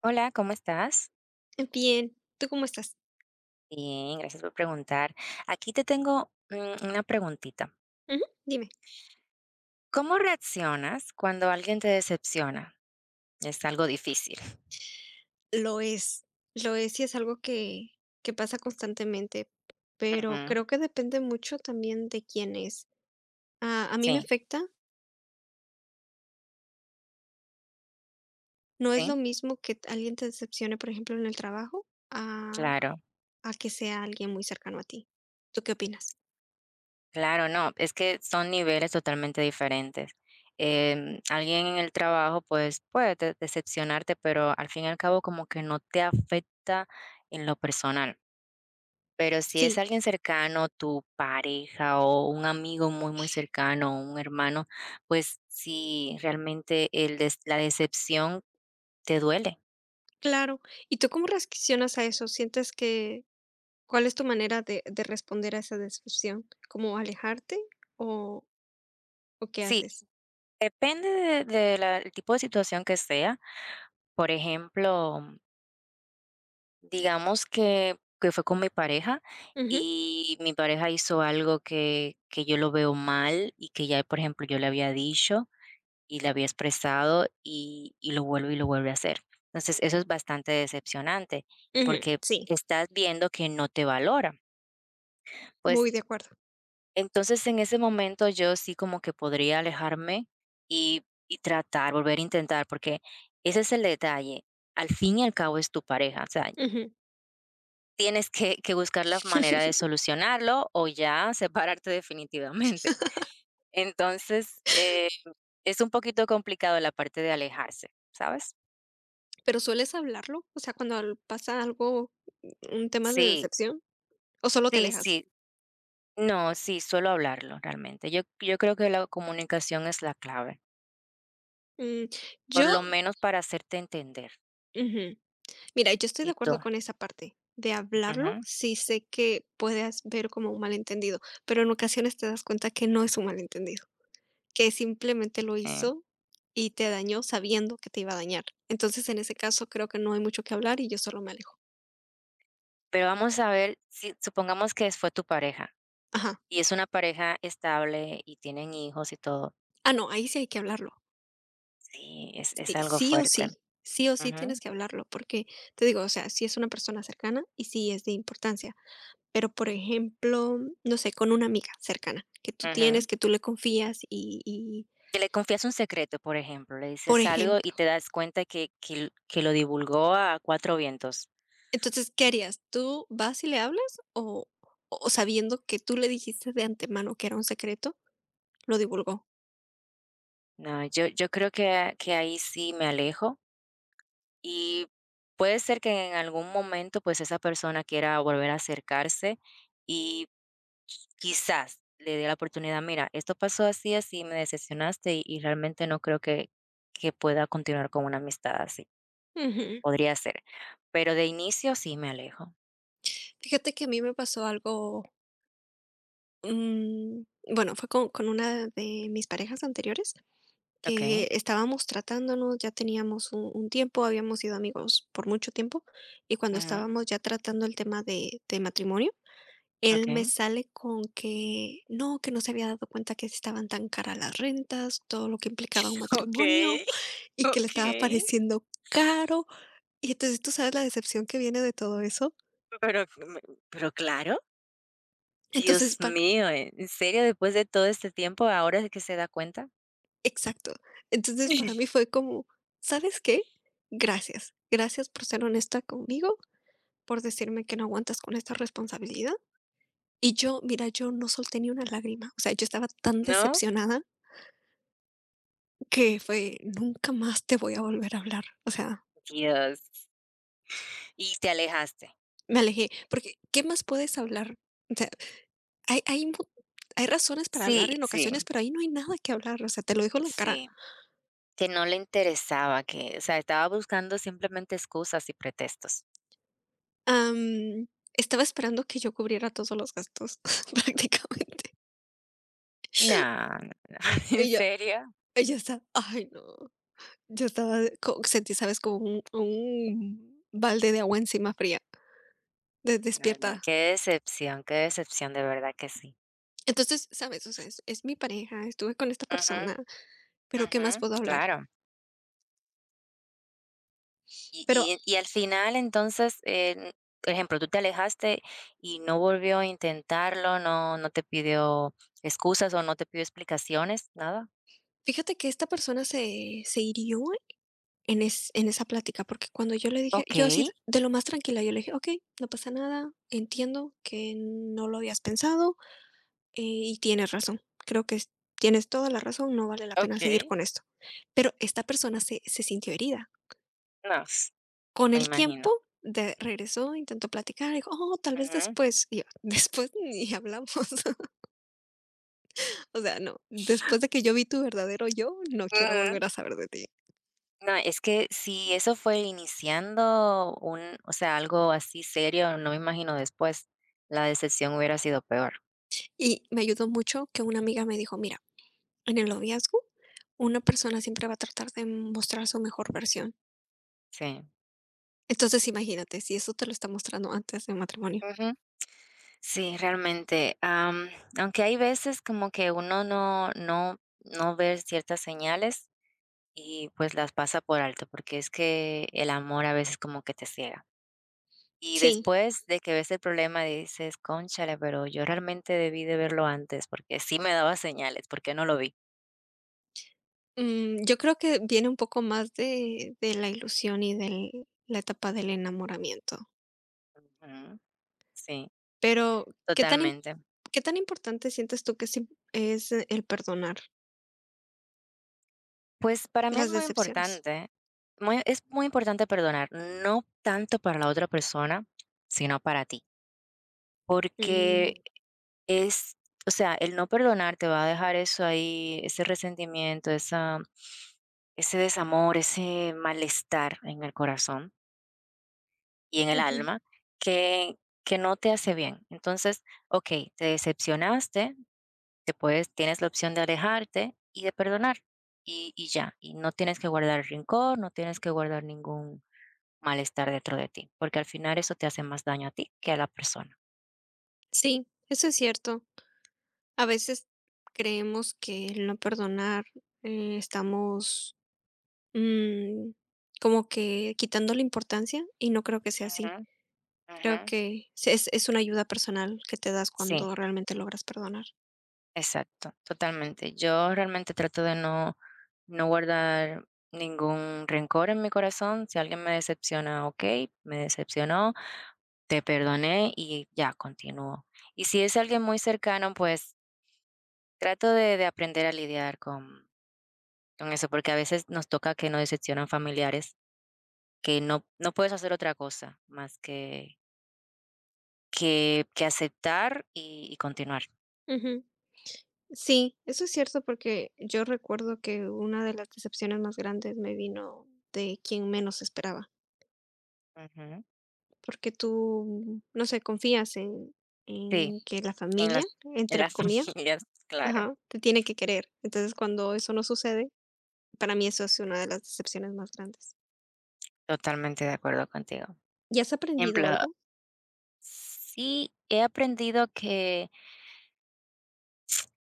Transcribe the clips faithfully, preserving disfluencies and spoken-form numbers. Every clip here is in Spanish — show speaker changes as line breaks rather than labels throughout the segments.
Hola, ¿cómo estás?
Bien, ¿tú cómo estás?
Bien, gracias por preguntar. Aquí te tengo mm, una preguntita.
Ujú, dime.
¿Cómo reaccionas cuando alguien te decepciona? Es algo difícil.
Lo es, lo es, y es algo que que pasa constantemente, pero
Ujú,
creo que depende mucho también de quién es. Ah, a mí me
sí,
afecta, no es
sí,
lo mismo que t alguien te decepcione, por ejemplo, en el trabajo, a
claro,
a que sea alguien muy cercano a ti. ¿Tú qué opinas?
claro, no, es que son niveles totalmente diferentes. Em, alguien en el trabajo, pues, puede de- decepcionarte, pero al fin y al cabo como que no te afecta en lo personal. Pero si es
Sí,
alguien cercano, tu pareja o un amigo muy, muy cercano o un hermano, pues sí, realmente el des la decepción te duele.
claro. ¿Y tú cómo reaccionas a eso? ¿Sientes que cuál es tu manera de de responder a esa decepción? ¿Cómo alejarte o o qué
Sí,
haces?
depende del de de la el tipo de situación que sea. Por ejemplo, digamos que que fue con mi pareja
Ujú,
y mi pareja hizo algo que que yo lo veo mal y que ya, por ejemplo, yo le había dicho, y le había prestado, y, y lo vuelve y lo vuelve a hacer. Entonces, eso es bastante decepcionante
ujú,
porque
sí.
estás viendo que no te valora. Pues
Muy de acuerdo.
entonces en ese momento yo sí como que podría alejarme y, y tratar, volver a intentar, porque ese es el detalle. Al fin y al cabo es tu pareja. O sea,
Ujú.
tienes que, que buscar la manera de solucionarlo o ya separarte definitivamente. Entonces, eh, es un poquito complicado la parte de alejarse, ¿sabes?
¿Pero sueles hablarlo? O sea, cuando al pasa algo, un tema de
Sí,
decepción, ¿o solo te
sí,
alejas?
sí. No, sí, suelo hablarlo realmente. Yo, yo creo que la comunicación es la clave,
Mm,
por
yo
lo menos para hacerte entender.
ujú. Mira, yo estoy de
¿Y tú?
acuerdo con esa parte de hablarlo.
Ujú,
Sí sé que puedes ver como un malentendido, pero en ocasiones te das cuenta que no es un malentendido, que simplemente lo
sí.
hizo y te dañó sabiendo que te iba a dañar. Entonces, en ese caso, creo que no hay mucho que hablar y yo solo me alejo.
Pero vamos a ver, si supongamos que fue tu pareja
Ajá.
y es una pareja estable y tienen hijos y todo.
Ah, no, ahí sí hay que hablarlo.
Sí, es, es
Eh,
algo
sí o
fuerte.
sí, sí o sí
Ujú,
tienes que hablarlo, porque te digo, o sea, si es una persona cercana y sí es de importancia, pero por ejemplo, no sé, con una amiga cercana que tú
ujú.
tienes, que tú le confías y, y
Que le confías un secreto, por ejemplo, le
por
dices algo y
ejemplo,
te das cuenta que, que, l- que lo divulgó a cuatro vientos.
entonces, ¿qué harías? ¿Tú vas y le hablas o, o sabiendo que tú le dijiste de antemano que era un secreto, lo divulgó?
No, yo, yo creo que, que ahí sí me alejo. Y puede ser que en algún momento, pues, esa persona quiera volver a acercarse y quizás le dé la oportunidad, mira, esto pasó así, así, me decepcionaste y, y realmente no creo que, que pueda continuar con una amistad así.
Ujú.
Podría ser. Pero de inicio sí me alejo.
Fíjate que a mí me pasó algo, mm, bueno, fue con, con una de mis parejas anteriores
Ok.
que estábamos tratándonos, ya teníamos un, un tiempo, habíamos sido amigos por mucho tiempo, y cuando
Ujú,
estábamos ya tratando el tema de, de matrimonio, él
Ok.
me sale con que no, que no se había dado cuenta que estaban tan caras las rentas, todo lo que implicaba un matrimonio
Ok,
y que le estaba
ok.
pareciendo caro. Y entonces tú sabes la decepción que viene de todo eso.
Pero, me- pero claro, Dios
Entonces, para,
mío, ¿en en serio después de todo este tiempo ahora es que se da cuenta?
exacto. Entonces para mí fue como, ¿sabes qué? Gracias. Gracias por ser honesta conmigo por decirme que no aguantas con esta responsabilidad. Y yo, mira, yo no solté ni una lágrima. O sea, yo estaba tan
¿No?
decepcionada que fue, nunca más te voy a volver a hablar. O sea,
Dios. Y te alejaste.
me alejé, porque ¿qué más puedes hablar? O sea, hay, hay, mu- hay razones para
Sí,
hablar en
sí,
ocasiones, pero ahí no hay nada que hablar. O sea, te lo dijo en la cara.
sí, que no le interesaba, que, o sea, estaba buscando simplemente excusas y pretextos.
Am, estaba esperando que yo cubriera todos los gastos, prácticamente.
No, no, ¿en
Ella,
serio?
ella está, ay no. Yo estaba, co- sentí, sabes, como un, un balde de agua encima fría. De
No, no,
despiertada.
qué decepción, qué decepción, de verdad que sí.
Entonces, ¿sabes? O sea, es es mi pareja, estuve con esta
Ujú,
persona, pero ¿qué
ujú,
más puedo hablar?
claro.
Pero
Y y y al final, entonces, eh, por ejemplo, tú te alejaste y no volvió a intentarlo, no no te pidió excusas o no te pidió explicaciones, ¿nada?
fíjate que esta persona se se hirió en es en esa plática, porque cuando yo le dije yo así
Okey,
de lo más tranquila, yo le dije: "Okey, no pasa nada, entiendo que no lo habías pensado, eh, y tienes razón. Creo que es tienes toda la razón, no vale la pena seguir
okey,
con esto". Pero esta persona se se sintió herida.
no,
Con
me
el
imagino.
tiempo de regresó, intentó platicar, dijo: "Oh, tal vez
Ujú.
después", y yo: "Después ni hablamos". O sea, no, después de que yo vi tu verdadero yo, no quiero
Ujú.
volver a saber de ti.
No, es que si eso fue iniciando un o sea, algo así serio, no me imagino después, la decepción hubiera sido peor.
Y me ayudó mucho que una amiga me dijo: "Mira, en el noviazgo, una persona siempre va a tratar de mostrar su mejor versión".
Sí.
Entonces, imagínate, si eso te lo está mostrando antes del matrimonio.
Ujú. Sí, realmente, am, aunque hay veces como que uno no no no ve ciertas señales y, pues, las pasa por alto, porque es que el amor a veces como que te ciega. Y
Sí,
después de que ves el problema dices: "Cónchale, pero yo realmente debí de verlo antes, porque sí me daba señales, ¿por qué no lo vi?".
mm, yo creo que viene un poco más de de la ilusión y del la etapa del enamoramiento.
Ujú, sí.
Pero, ¿qué tan im
Totalmente.
¿qué tan importante sientes tú que es im es eh, el perdonar
Pues para mí es
las
muy
decepciones?
importante, muy- es muy importante perdonar, no tanto para la otra persona, sino para ti, porque
Mm,
es, o sea, el no perdonar te va a dejar eso ahí, ese resentimiento, esa, ese desamor, ese malestar en el corazón y en el
ujú.
alma que, que no te hace bien. Entonces, ok, te decepcionaste, te puedes tienes la opción de alejarte y de perdonar, y y ya, y no tienes que guardar rencor, no tienes que guardar ningún malestar dentro de ti, porque al final eso te hace más daño a ti que a la persona.
Sí, eso es cierto. A veces creemos que el no perdonar, eh, estamos, mm, como que quitando la importancia, y no creo que sea
Ujú,
así.
ujú.
Creo que se es es una ayuda personal que te das
Sí,
cuando realmente logras perdonar.
exacto, totalmente. Yo realmente trato de no no guardar ningún rencor en mi corazón. Si alguien me decepciona, okey, me decepcionó, te perdoné y ya, continúo. Y si es alguien muy cercano, pues trato de de aprender a lidiar con Con eso, porque a veces nos toca que nos decepcionan familiares, que no no puedes hacer otra cosa más que que que aceptar y y continuar.
Ujú. Sí, eso es cierto porque yo recuerdo que una de las decepciones más grandes me vino de quien menos esperaba,
Ujú.
porque tú, no sé, confías en,
Sí,
en que la
en las
familia,
en
entre
las
comillas,
familias, claro,
ajá, te tiene que querer. Entonces, cuando eso no sucede, para mí eso es una de las decepciones más grandes.
totalmente de acuerdo contigo.
¿Y has aprendido
Ejemplo,
algo?
sí he aprendido que,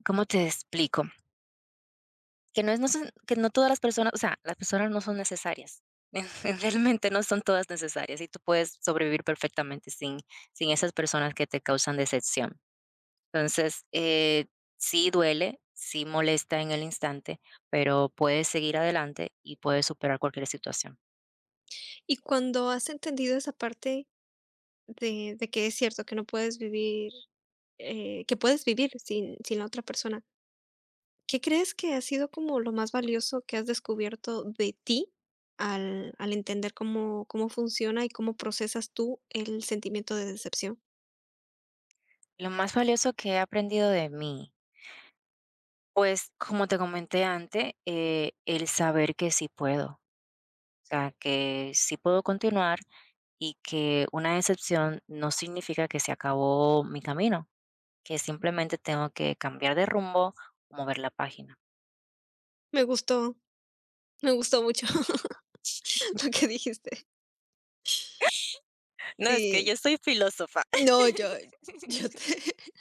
¿cómo te explico? Que no es no son que no todas las personas, o sea, las personas no son necesarias. Realmente no son todas necesarias y tú puedes sobrevivir perfectamente sin sin esas personas que te causan decepción. Entonces, eh, sí duele, sí molesta en el instante, pero puedes seguir adelante y puedes superar cualquier situación.
Y cuando has entendido esa parte de, de que es cierto que no puedes vivir, eh, que puedes vivir sin, sin la otra persona, ¿qué crees que ha sido como lo más valioso que has descubierto de ti al al entender cómo cómo funciona y cómo procesas tú el sentimiento de decepción?
Lo más valioso que he aprendido de mí, pues como te comenté antes, eh, el saber que sí puedo, o sea, que sí puedo continuar y que una decepción no significa que se acabó mi camino, que simplemente tengo que cambiar de rumbo o mover la página.
Me gustó, me gustó mucho lo que dijiste.
No, es que
Sí.
yo soy filósofa.
No, yo yo te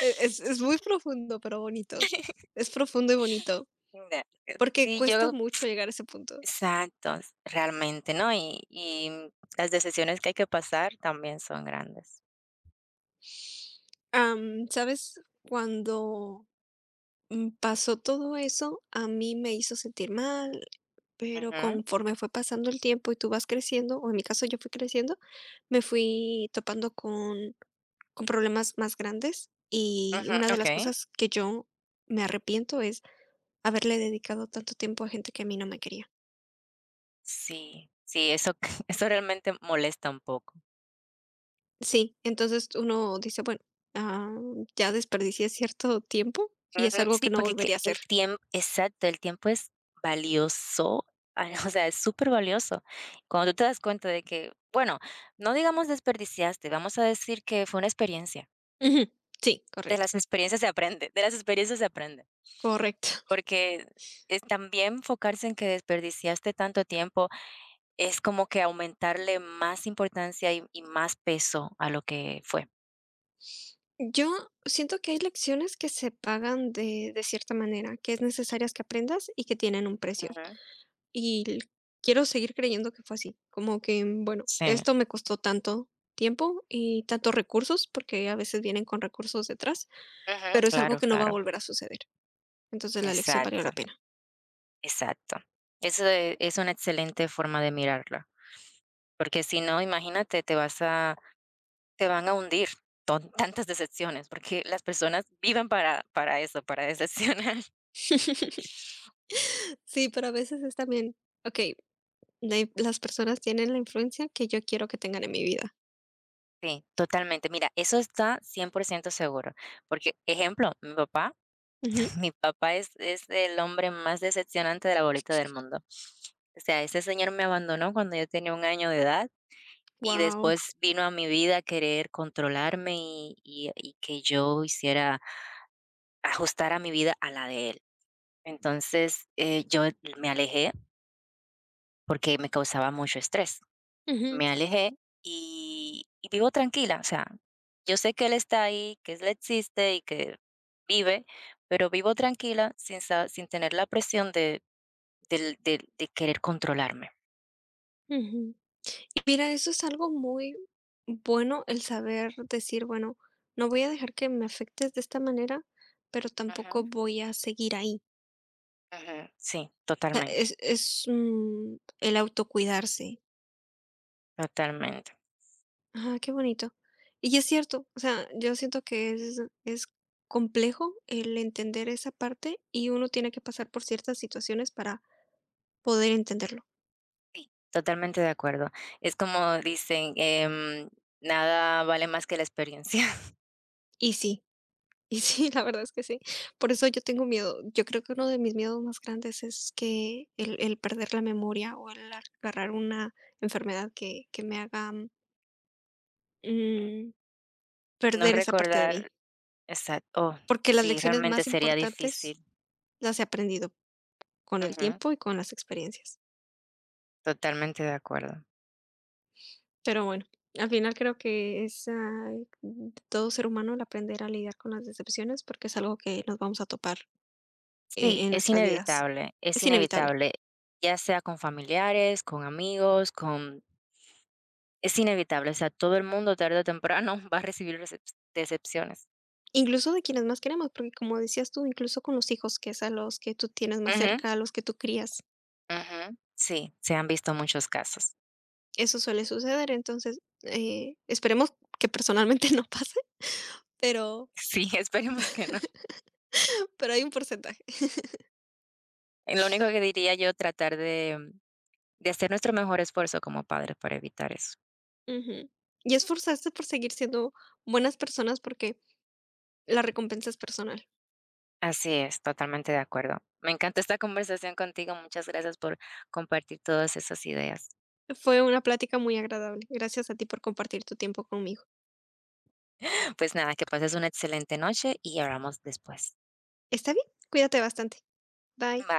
e es es muy profundo, pero bonito. Es profundo y bonito,
Mira,
porque
sí,
cuesta
yo
mucho llegar a ese punto.
exacto, s- realmente, ¿no? Y, y las decisiones que hay que pasar también son grandes.
Am, ¿sabes? Cuando Mm, pasó todo eso, a mí me hizo sentir mal, pero
Ujú,
conforme fue pasando el tiempo y tú vas creciendo, o en mi caso yo fui creciendo, me fui topando con con problemas más grandes, y
ujú,
una de
ok.
las cosas que yo me arrepiento es haberle dedicado tanto tiempo a gente que a mí no me quería.
Sí, sí, eso, eso realmente molesta un poco.
Sí, entonces uno dice: "Bueno, ah, ya desperdicié cierto tiempo y es
Ujú,
algo
sí,
que no
porque que
volvería a hacer".
el tiempo, exacto, el tiempo es valioso, ah, o sea, es súper valioso. Cuando tú te das cuenta de que, bueno, no digamos desperdiciaste, vamos a decir que fue una experiencia.
Ujú, sí,
De
correcto,
las experiencias se aprende, de las experiencias se aprende.
correcto.
Porque es también enfocarse en que desperdiciaste tanto tiempo, es como que aumentarle más importancia y y más peso a lo que fue.
Yo siento que hay lecciones que se pagan de de cierta manera, que es necesarias que aprendas y que tienen un precio.
Ujú.
Y l quiero seguir creyendo que fue así, como que, mm, bueno,
Sí.
esto me costó tanto tiempo y tantos recursos, porque a veces vienen con recursos detrás,
Ujú.
pero es algo
Claro,
que no va a
claro.
volver a suceder. Entonces, la lección valió
Exacto,
la pena.
exacto. Eso e es una excelente forma de mirarla, porque si no, imagínate, te vas a te van a hundir con tantas decepciones, porque las personas viven para para eso, para decepcionar.
Sí, pero a veces es también, okey, de las personas tienen la influencia que yo quiero que tengan en mi vida.
Sí, totalmente. Mira, eso está cien por ciento seguro, porque, ejemplo, mi papá
Wow.
Mi papá es es el hombre más decepcionante de la bolita del mundo. O sea, ese señor me abandonó cuando yo tenía un año de edad, y después vino a mi vida a querer controlarme y y y que yo hiciera ajustara mi vida a la de él. Entonces, eh, yo me alejé porque me causaba mucho estrés. Me alejé y y vivo tranquila, o sea, yo sé que él está ahí, que él existe y que vive, pero vivo tranquila sin sa sin tener la presión de Del del de querer controlarme.
Mira, eso es algo muy bueno, el saber decir, bueno, no voy a dejar que me afectes de esta manera, pero
Ujú,
tampoco voy a seguir ahí.
ujú. Sí,
Sea,
totalmente,
es es, mm, el autocuidarse.
totalmente,
Ah, qué bonito. Y es cierto, o sea, yo siento que es es complejo el entender esa parte, y uno tiene que pasar por ciertas situaciones para poder entenderlo.
sí, totalmente de acuerdo. Es como dicen, em, nada vale más que la experiencia.
Y sí, y sí, la verdad es que sí. Por eso yo tengo miedo. Yo creo que uno de mis miedos más grandes es que el el perder la memoria o el agarrar una enfermedad que que me haga, mm, mm,
No
perder esa parte de
recordar
mí,
exacto. Oh,
porque las
sí,
lecciones
realmente
más
sería
importantes
difícil.
las he aprendido con el
Ujú.
tiempo y con las experiencias.
Totalmente de acuerdo.
Pero bueno, al final creo que es, ah, de todo ser humano el aprender a lidiar con las decepciones, porque es algo que nos vamos a topar
Sí,
e en
es
nuestras vidas.
inevitable, es
Es inevitable.
inevitable, ya sea con familiares, con amigos, con es inevitable, o sea, todo el mundo tarde o temprano va a recibir recep decepciones.
Incluso de quienes más queremos, porque como decías tú, incluso con los hijos, que es a los que tú tienes más
Ujú.
cerca, a los que tú crías,
Ujú. Sí, se han visto muchos casos.
eso suele suceder. Entonces, eh, esperemos que personalmente no pase, pero,
Sí, esperemos que no.
pero hay un porcentaje.
Y lo único que diría yo, tratar de mm, de hacer nuestro mejor esfuerzo como padres para evitar eso.
Ujú. Y esforzarse por seguir siendo buenas personas porque la recompensa es personal.
Así es, totalmente de acuerdo. Me encanta esta conversación contigo. Muchas gracias por compartir todas esas ideas.
Fue una plática muy agradable. Gracias a ti por compartir tu tiempo conmigo.
Pues nada, que pases una excelente noche y hablamos después.
Está bien, cuídate bastante. Bye.
Bye.